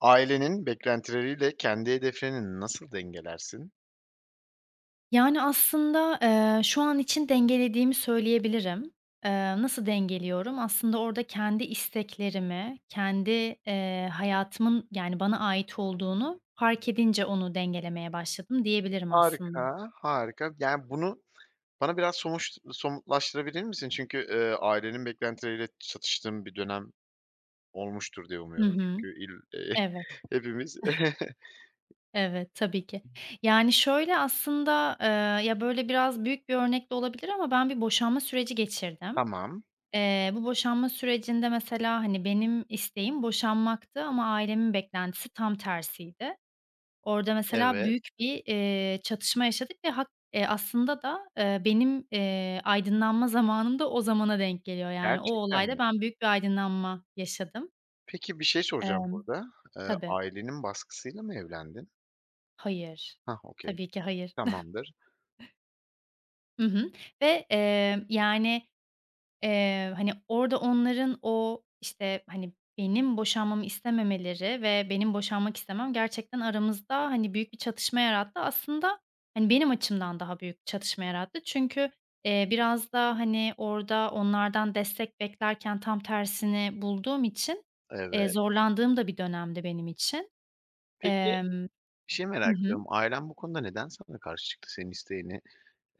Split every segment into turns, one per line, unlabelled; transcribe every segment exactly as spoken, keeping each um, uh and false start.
Ailenin beklentileriyle kendi hedeflerini nasıl dengelersin?
Yani, aslında, eee, şu an için dengelediğimi söyleyebilirim. Eee, nasıl dengeliyorum? Aslında orada kendi isteklerimi, kendi, eee, hayatımın, yani, bana ait olduğunu fark edince onu dengelemeye başladım diyebilirim aslında.
Harika, harika. Yani bunu bana biraz somuş somutlaştırabilir misin? Çünkü, eee, ailenin beklentileriyle çatıştığım bir dönem olmuştur diye
Hı
umuyorum.
hı.
Çünkü il eee,
Evet,
hepimiz
evet, tabii ki. Yani, şöyle aslında, eee, ya, böyle, biraz büyük bir örnek de olabilir ama ben bir boşanma süreci geçirdim.
Tamam,
Eee, bu boşanma sürecinde mesela, hani, benim isteğim boşanmaktı ama ailemin beklentisi tam tersiydi. Orada mesela
evet.
büyük bir, eee, çatışma yaşadık ve hak eee, aslında da, eee, benim, eee, aydınlanma zamanım da o zamana denk geliyor. Yani o
Gerçekten
olayda
mi?
ben büyük bir aydınlanma yaşadım.
Peki bir şey soracağım
Emm
burada. Eee,
Tabii.
ailenin baskısıyla mı evlendin?
Hayır.
Hah, okay,
Tabii ki hayır.
tamamdır.
Hı hı. Ve, eee, yani, Eee, hani, orada onların o, işte, hani, benim boşanmamı istememeleri ve benim boşanmak istemem gerçekten aramızda, hani, büyük bir çatışma yarattı. Aslında, hani, benim açımdan daha büyük çatışma yarattı. Çünkü, eee, biraz da, hani, orada onlardan destek beklerken tam tersini bulduğum için, eee,
Evet.
zorlandığım da bir dönemdi benim için.
Peki,
Emm
bir şey
Hı
merak
hı.
ediyorum. Ailen bu konuda neden sana karşı çıktı? Senin isteğini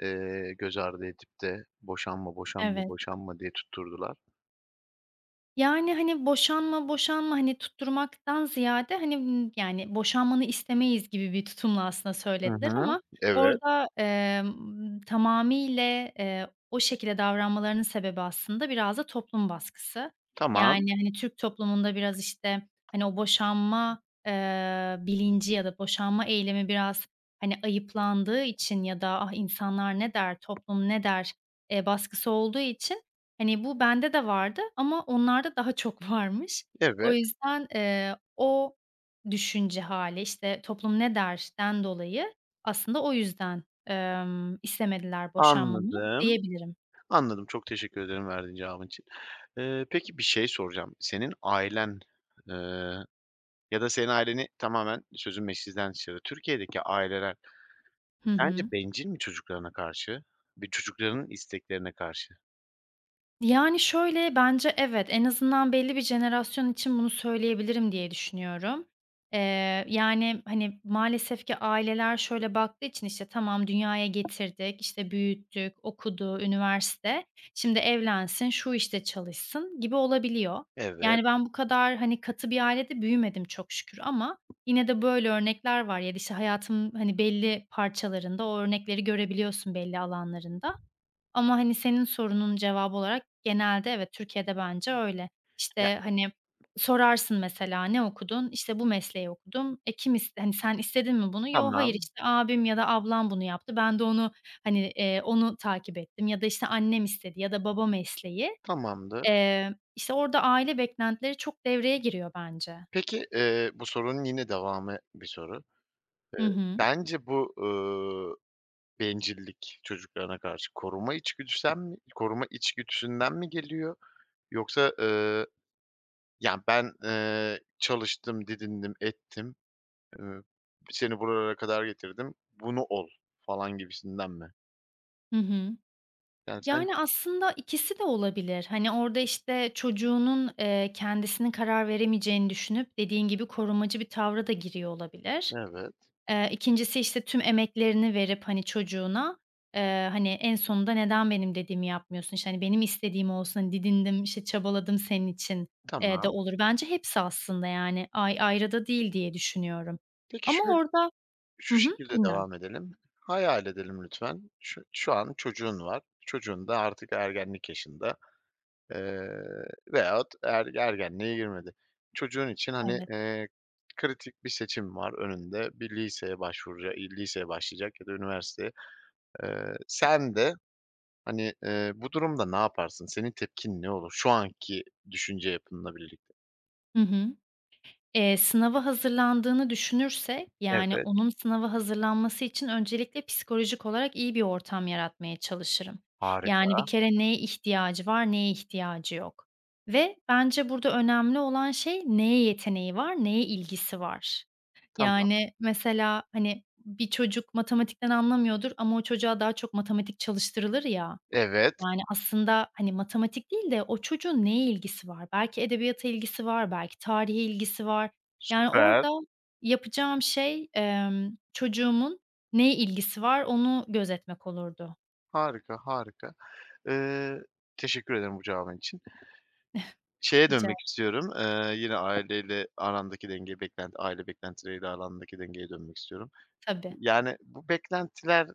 eee, Göz ardı edip de boşanma, boşanma,
Evet.
boşanma diye tutturdular.
Yani, hani, boşanma, boşanma, hani, tutturmaktan ziyade, hani, ımm, yani, boşanmanı istemeyiz gibi bir tutumla aslında
Hı
söylediler
hı.
ama
Evet,
orada, emm, tamamıyla, eee, o şekilde davranmalarının sebebi aslında biraz da toplum baskısı.
tamam.
Yani, hani, Türk toplumunda biraz, işte, hani, o boşanma, eee, bilinci ya da boşanma eylemi biraz, hani, ayıplandığı için ya da "Ah, insanlar ne der, toplum ne der?" eee, baskısı olduğu için Hani, bu bende de vardı ama onlarda daha çok varmış. O
Evet,
yüzden, eee, o düşünce hâli, işte, toplum ne der'den dolayı aslında o yüzden, emm, istemediler boşanmamı
anladım,
diyebilirim.
anladım. Çok teşekkür ederim verdiğin cevabın için. Eee, peki bir şey soracağım. Senin ailen, eee, ya da senin aileni tamamen, sözün meclisten dışarı, Türkiye'deki aileler
Hı hı.
sence bencil mi çocuklarına karşı? Bir çocukların isteklerine karşı?
Yani, şöyle, bence evet, en azından belli bir jenerasyon için bunu söyleyebilirim diye düşünüyorum. Eee, yani, hani, maalesef ki aileler şöyle baktığı için, işte, tamam dünyaya getirdik, işte, büyüttük, okudu, üniversite, şimdi evlensin, şu işte çalışsın gibi olabiliyor.
Evet.
Yani, ben bu kadar, hani, katı bir ailede büyümedim çok şükür ama yine de böyle örnekler var ya da, işte, hayatımın, hani, belli parçalarında o örnekleri görebiliyorsun belli alanlarında. Ama, hani, senin sorunun cevabı olarak genelde evet, Türkiye'de bence öyle.
Ya,
İşte, hani, sorarsın mesela, "Ne okudun?" İşte, "Bu mesleği okudum." "E, kim is hani, sen istedin mi bunu?" "Yo, hayır,
tamam,
işte, abim ya da ablam bunu yaptı. Ben de onu, hani, eee, onu takip ettim." ya da, işte, "Annem istedi." ya da "Baba mesleği."
tamamdır.
Eee, işte, orada aile beklentileri çok devreye giriyor bence.
Peki, eee, bu sorunun yine devamı bir soru.
Hı
Eee,
hı.
Bence bu, ııı, bencillik çocuklarına karşı koruma içgüdüsünden mi koruma içgüdüsünden mi geliyor yoksa, ııı, yani, ben, eee, çalıştım, didindim, ettim, ııı, seni buralara kadar getirdim, bunu ol falan gibisinden mi?
Hı hı.
Yani, sen
Yani, aslında ikisi de olabilir. Hani, orada, işte, çocuğunun, eee, kendisinin karar veremeyeceğini düşünüp dediğin gibi korumacı bir tavra da giriyor olabilir.
evet,
Eee, ikincisi, işte, tüm emeklerini verip, hani, çocuğuna, eee, hani, en sonunda "Neden benim dediğimi yapmıyorsun? İşte, hani, benim istediğim olsun, hani, didindim, işte, çabaladım senin için." eee, de
tamam.
olur. Bence hepsi aslında, yani, ay ayrı da değil diye düşünüyorum.
Peki
Ama
şu
orada Hı
şu
hı,
şekilde
dinliyorum.
devam edelim. Hayal edelim lütfen. Şu şu an çocuğun var. Çocuğun da artık ergenlik yaşında. Eee, Veyahut er ergenliğe girmedi. Çocuğun için, hani,
Evet.
eee, kritik bir seçim var önünde. Bir liseye başvuracak, iii, liseye başlayacak ya da üniversiteye. Eee, sen de, hani, eee, bu durumda ne yaparsın? Senin tepkin ne olur şu anki düşünce yapınla birlikte?
Hı hı. Eee, sınava hazırlandığını düşünürsek, yani,
Evet,
onun sınava hazırlanması için öncelikle psikolojik olarak iyi bir ortam yaratmaya çalışırım. Yani, bir
harika,
kere neye ihtiyacı var, neye ihtiyacı yok ve bence burada önemli olan şey neye yeteneği var, neye ilgisi var.
tamam.
Yani, mesela, hani, bir çocuk matematikten anlamıyordur ama o çocuğa daha çok matematik çalıştırılır ya.
Evet,
Yani, aslında, hani, matematik değil de o çocuğun neye ilgisi var? Belki edebiyata ilgisi var, belki tarihe ilgisi var. Yani,
süper,
orada yapacağım şey, emm, çocuğumun neye ilgisi var onu gözetmek olurdu.
harika, harika. Eee, Teşekkür ederim bu cevabın için. Şeye
Rica
dönmek istiyorum, eee, yine aileyle arandaki dengeye, beklenti aile beklentileriyle arandaki dengeye dönmek istiyorum.
Tabii.
Yani, bu beklentilerden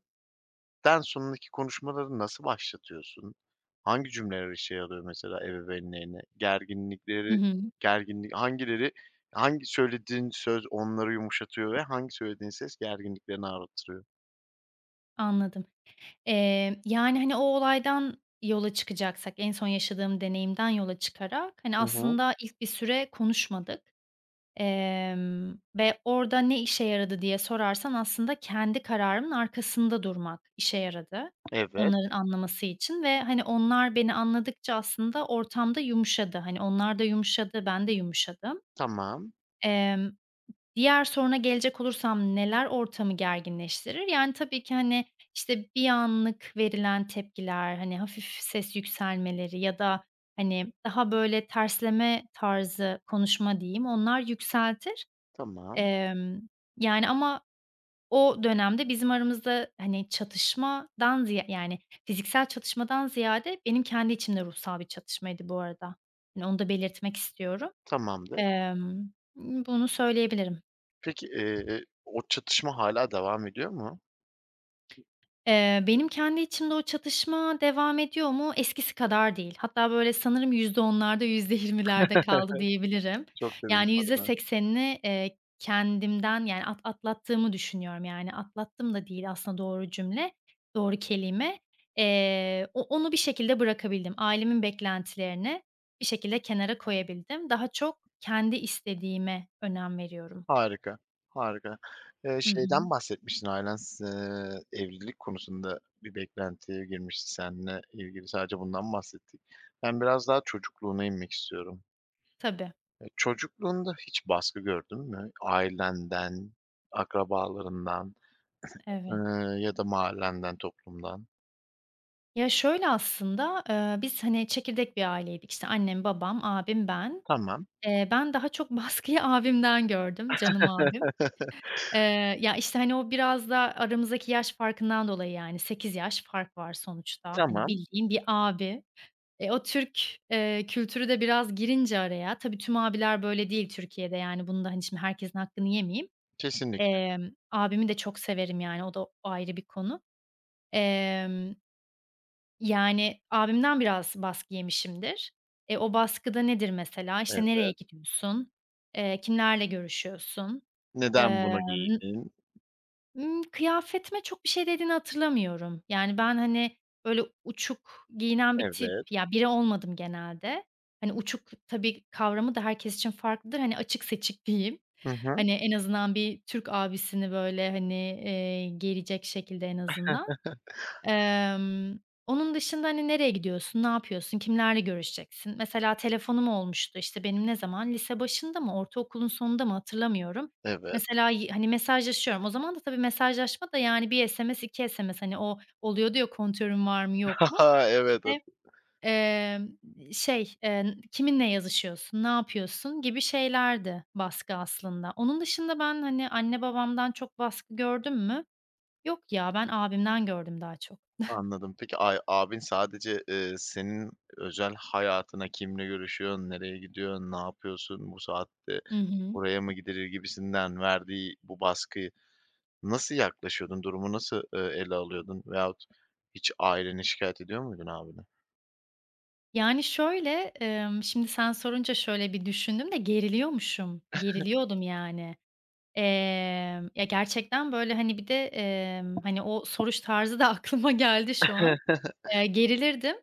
sonraki konuşmaları nasıl başlatıyorsun? Hangi cümleler işe yarıyor mesela ebeveynlerine?
Hı
Gerginlikleri
hı.
gerginlik hangileri Hangi söylediğin söz onları yumuşatıyor ve hangi söylediğin ses gerginliklerini artırıyor?
Anladım. Eee, yani, hani, o olaydan yola çıkacaksak, en son yaşadığım deneyimden yola çıkarak, hani,
Hı hı.
aslında ilk bir süre konuşmadık. Emm, ve orada ne işe yaradı diye sorarsan aslında kendi kararımın arkasında durmak işe yaradı
Evet.
onların anlaması için ve, hani, onlar beni anladıkça aslında ortamda yumuşadı. Hani, onlar da yumuşadı, ben de yumuşadım.
Tamam,
Emm, diğer soruna gelecek olursam neler ortamı gerginleştirir? Yani, tabii ki, hani, işte, bir anlık verilen tepkiler, hani, hafif ses yükselmeleri ya da, hani, daha böyle tersleme tarzı konuşma diyeyim, onlar yükseltir.
tamam,
Emm, yani, ama o dönemde bizim aramızda, hani, çatışmadan ziya yani, fiziksel çatışmadan ziyade benim kendi içimde ruhsal bir çatışmaydı bu arada. Hani, onu da belirtmek istiyorum.
tamamdır.
Emm, bunu söyleyebilirim.
Peki, eee, o çatışma hâlâ devam ediyor mu?
Eee, benim kendi içimde o çatışma devam ediyor mu? Eskisi kadar değil. Hatta, böyle, sanırım yüzde onlarda, yüzde %20'lerde kaldı diyebilirim.
Çok
Yani,
sevindim adına.
yüzde seksenini, eee, kendimden, yani, at atlattığımı düşünüyorum. Yani, atlattım da değil aslında doğru cümle, doğru kelime. Eee, o onu bir şekilde bırakabildim. Ailemin beklentilerini bir şekilde kenara koyabildim. Daha çok kendi istediğime önem veriyorum.
Harika, harika. Eee,
Hı hı.
şeyden bahsetmiştin, ailen s evlilik konusunda bir beklentiye girmişti seninle ilgili. Sadece bundan bahsettik. Ben biraz daha çocukluğuna inmek istiyorum.
Tabii,
Eee, çocukluğunda hiç baskı gördün mü? Ailenden, akrabalarından, eee,
evet.
ya da mahallenden, toplumdan?
Ya, şöyle aslında, eee, biz, hani, çekirdek bir aileydik. İşte, annem, babam, abim, ben.
Tamam.
Eee, ben daha çok baskıyı abimden gördüm, canım abim. Eee, ya, işte, hani, o biraz da aramızdaki yaş farkından dolayı, yani, sekiz yaş fark var sonuçta. Hani,
Tamam.
bildiğin bir abi. E, o Türk, eee, kültürü de biraz girince araya. Tabii tüm abiler böyle değil Türkiye'de, yani, bunu da, hani, şimdi herkesin hakkını yemeyeyim.
Kesinlikle.
Emm, abimi de çok severim, yani, o da ayrı bir konu. Emm Yani, abimden biraz baskı yemişimdir. E, o baskıda nedir mesela? İşte, nereye
Evet.
gidiyorsun? Eee, kimlerle görüşüyorsun?
"Neden bunu
Emm,
giydin?"
ımm, kıyafetime çok bir şey dediğini hatırlamıyorum. Yani, ben, hani, böyle uçuk giyinen bir tip,
Evet.
ya, biri olmadım genelde. Hani, uçuk tabii kavramı da herkes için farklıdır. Hani, açık seçik diyeyim.
Hı hı.
Hani, en azından bir Türk abisini böyle, hani, eee, gelecek şekilde en azından. Emm, onun dışında, hani, nereye gidiyorsun, ne yapıyorsun, kimlerle görüşeceksin? Mesela telefonum olmuştu, işte, benim ne zaman lise başında mı, ortaokulun sonunda mı hatırlamıyorum.
Evet.
Mesela, y hani, mesajlaşıyorum. O zaman da tabii mesajlaşma da, yani, bir S M S, iki S M S, hani, o oluyordu ya kontörün var mı, yok mu?
Evet.
İşte, emm, şey, eee, kiminle yazışıyorsun, ne yapıyorsun gibi şeylerdi baskı aslında. Onun dışında ben, hani, anne babamdan çok baskı gördüm mü? Yok ya, ben abimden gördüm daha çok.
Anladım. Peki ay abin sadece, eee, senin özel hayatına kimle görüşüyorsun, nereye gidiyorsun, ne yapıyorsun, bu saatte
Hı hı.
buraya mı gidilir gibisinden verdiği bu baskıyı nasıl yaklaşıyordun? Durumu nasıl, eee, ele alıyordun veyahut hiç aileni şikayet ediyor muydun abine?
Yani, şöyle, emm, şimdi sen sorunca şöyle bir düşündüm de geriliyormuşum. Geriliyordum yani. Emm, ya, gerçekten, böyle, hani, bir de, emm, hani, o soruş tarzı da aklıma geldi şu an. Eee, gerilirdim.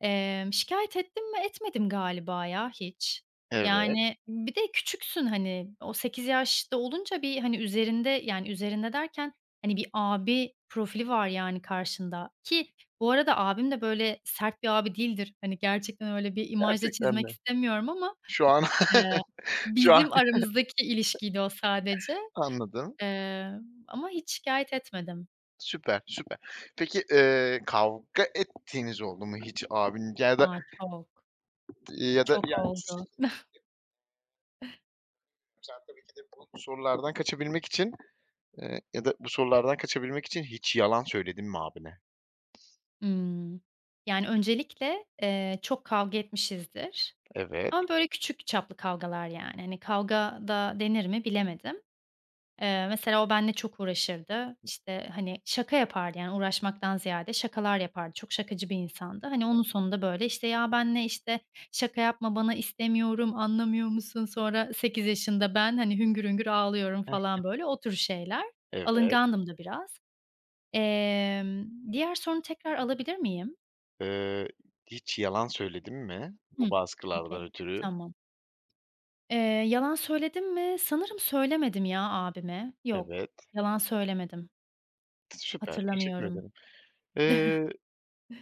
Emm, şikâyet ettim mi? Etmedim galiba ya hiç.
Evet,
Yani, bir de küçüksün, hani, o sekiz yaşta olunca bir, hani, üzerinde, yani, üzerinde derken, hani, bir abi profili var, yani, karşında ki bu arada abim de, böyle, sert bir abi değildir. Hani, gerçekten öyle bir imaj da
gerçekten
çizmek
mi?
istemiyorum ama,
Şu an
eee,
şu an
bizim aramızdaki ilişkiydi o sadece.
anladım.
Eee, ama hiç şikâyet etmedim.
Süper, süper. Peki, eee, kavga ettiğiniz oldu mu hiç abin ya da
A, çok,
ya da
çok
yani şu
oldu.
sen tabii ki de bu sorulardan kaçabilmek için eee, ya da bu sorulardan kaçabilmek için hiç yalan söyledin mi abine?
Imm. Yani, öncelikle, eee, çok kavga etmişizdir
Evet.
ama böyle küçük çaplı kavgalar yani. Hani, kavga da denir mi bilemedim. Eee, mesela o benimle çok uğraşırdı. İşte, hani, şaka yapardı, yani, uğraşmaktan ziyade şakalar yapardı. Çok şakacı bir insandı. Hani, onun sonunda, böyle, işte, "Ya, benimle, işte, şaka yapma bana, istemiyorum, anlamıyor musun?" Sonra sekiz yaşında ben, hani, hüngür hüngür ağlıyorum
Heh,
falan, böyle, o tür şeyler.
evet.
Alıngandım da biraz. Emm, diğer sorunu tekrar alabilir miyim?
Eee, Hiç yalan söyledin mi
Hıh.
bu
Okay,
baskılardan ötürü?
tamam. Eee, yalan söyledim mi? Sanırım söylemedim ya abime. Yok,
Evet.
yalan söylemedim.
Süper, teşekkür
Hatırlamıyorum.
ederim. Eee,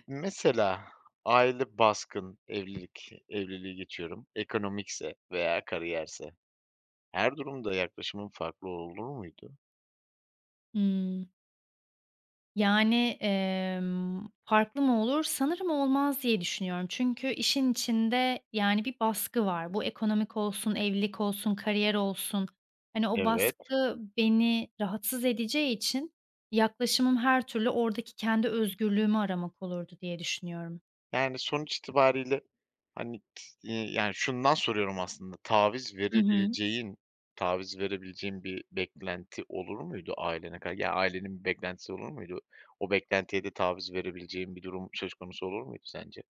Mesela aile baskın, evlilik, evliliği geçiyorum. Ekonomikse veya kariyerse her durumda yaklaşımın farklı olur muydu?
Hımm. Yani, emm, farklı mı olur? Sanırım olmaz diye düşünüyorum. Çünkü işin içinde, yani, bir baskı var. Bu ekonomik olsun, evlilik olsun, kariyer olsun. Hani, o
Evet.
baskı beni rahatsız edeceği için yaklaşımım her türlü oradaki kendi özgürlüğümü aramak olurdu diye düşünüyorum.
Yani, sonuç itibariyle, hani, t iii, yani, şundan soruyorum aslında, taviz
Hı hı.
verebileceğin taviz verebileceğin bir beklenti olur muydu ailene kar ya, ailenin bir beklentisi olur muydu? O beklentiye de taviz verebileceğin bir durum söz konusu olur muydu sence?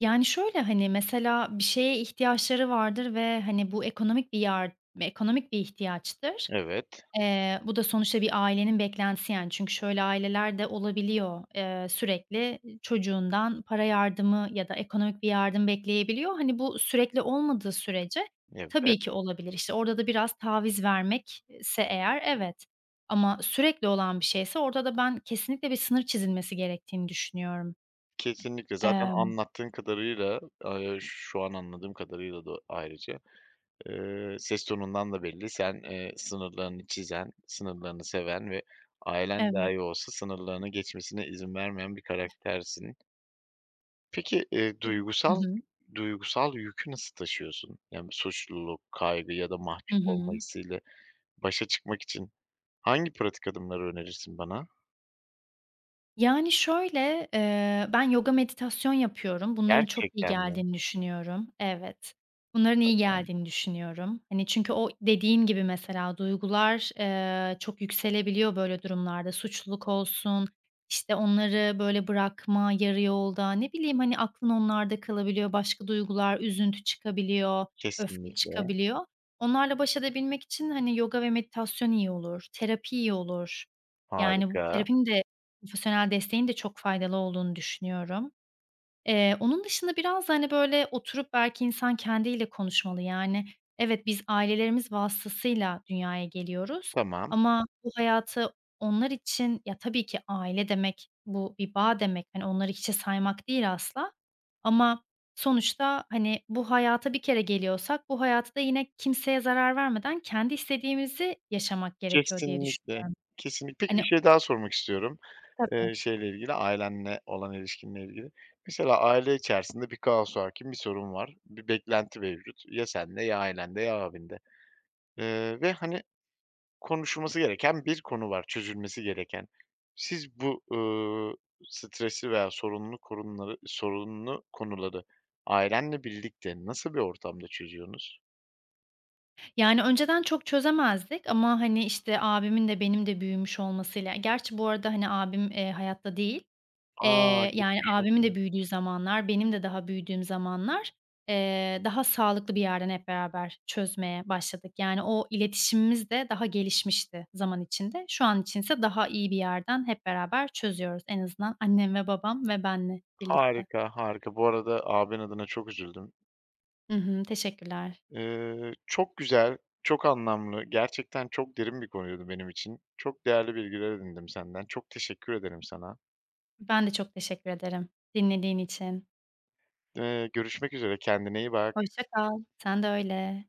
Yani, şöyle, hani, mesela bir şeye ihtiyaçları vardır ve, hani, bu ekonomik bir yar ekonomik bir ihtiyaçtır.
Evet,
Eee, bu da sonuçta bir ailenin beklentisi, yani, çünkü şöyle aileler de olabiliyor, eee, sürekli çocuğundan para yardımı ya da ekonomik bir yardım bekleyebiliyor. Hani, bu sürekli olmadığı sürece tabii
evet.
ki olabilir. İşte, orada da biraz taviz vermekse eğer evet ama sürekli olan bir şeyse orada da ben kesinlikle bir sınır çizilmesi gerektiğini düşünüyorum.
Kesinlikle. Zaten
Emm
anlattığın kadarıyla, eee, şu an anladığım kadarıyla da ayrıca, eee, ses tonundan da belli. Sen, eee, sınırlarını çizen, sınırlarını seven ve ailen
Evet.
dahi olsa sınırlarını geçmesine izin vermeyen bir karaktersin. Peki, eee,
Hı
duygusal
hı.
duygusal yükü nasıl taşıyorsun? Yani, suçluluk, kaygı ya da
Hı
mahcup olma
hı.
hissiyle başa çıkmak için hangi pratik adımları önerirsin bana?
Yani, şöyle, eee, ben yoga, meditasyon yapıyorum. Bunların çok iyi
Gerçekten mi?
geldiğini düşünüyorum. Evet. Bunların iyi geldiğini düşünüyorum. Hani, çünkü o dediğin gibi mesela duygular, eee, çok yükselebiliyor böyle durumlarda. Suçluluk olsun, işte, onları böyle bırakma yarı yolda, ne bileyim, hani, aklın onlarda kalabiliyor, başka duygular, üzüntü çıkabiliyor, öfke
Kesinlikle.
çıkabiliyor. Onlarla baş edebilmek için, hani, yoga ve meditasyon iyi olur, terapi iyi olur. Yani, bu
Harika.
terapinin de profesyonel desteğin de çok faydalı olduğunu düşünüyorum. Eee, onun dışında biraz da, hani, böyle, oturup belki insan kendiyle konuşmalı. Yani, evet, biz ailelerimiz vasıtasıyla dünyaya geliyoruz
Tamam.
ama bu hayatı onlar için. Ya, tabii ki aile demek, bu bir bağ demek. Hani, onları hiçe saymak değil asla ama sonuçta, hani, bu hayata bir kere geliyorsak bu hayatı da yine kimseye zarar vermeden kendi istediğimizi yaşamak gerekiyor diye düşün
Kesinlikle, kesinlik peki,
Hani
bir şey daha sormak istiyorum,
Tabii.
eee, şeyle ilgili, ailenle olan ilişkinle ilgili. Mesela aile içerisinde bir kaos hâkim, bir sorun var, bir beklenti mevcut. Ya sende ya ailende ya abinde, eee, ve, hani, konuşulması gereken bir konu var, çözülmesi gereken. Siz bu, ııı, stresli veya sorunlu korunları sorunlu konuları ailenle birlikte nasıl bir ortamda çözüyorsunuz?
Yani, önceden çok çözemezdik ama, hani, işte, abimin de benim de büyümüş olmasıyla. Gerçi bu arada, hani, abim, eee, hayatta değil.
A!
Eee, yani,
Geçmiş
abimin de
olsun.
büyüdüğü zamanlar, benim de daha büyüdüğüm zamanlar, eee, daha sağlıklı bir yerden hep beraber çözmeye başladık. Yani, o iletişimimiz de daha gelişmişti zaman içinde. Şu an içinse daha iyi bir yerden hep beraber çözüyoruz. En azından annem ve babam ve benle birlikte.
Harika, harika. Bu arada abin adına çok üzüldüm.
Hı hı, teşekkürler.
Eee, çok güzel, çok anlamlı, gerçekten çok derin bir konuydu benim için. Çok değerli bilgiler edindim senden. Çok teşekkür ederim sana.
Ben de çok teşekkür ederim dinlediğin için.
Eee, görüşmek üzere. Kendine iyi bak.
Hoşça kal. Sen de öyle.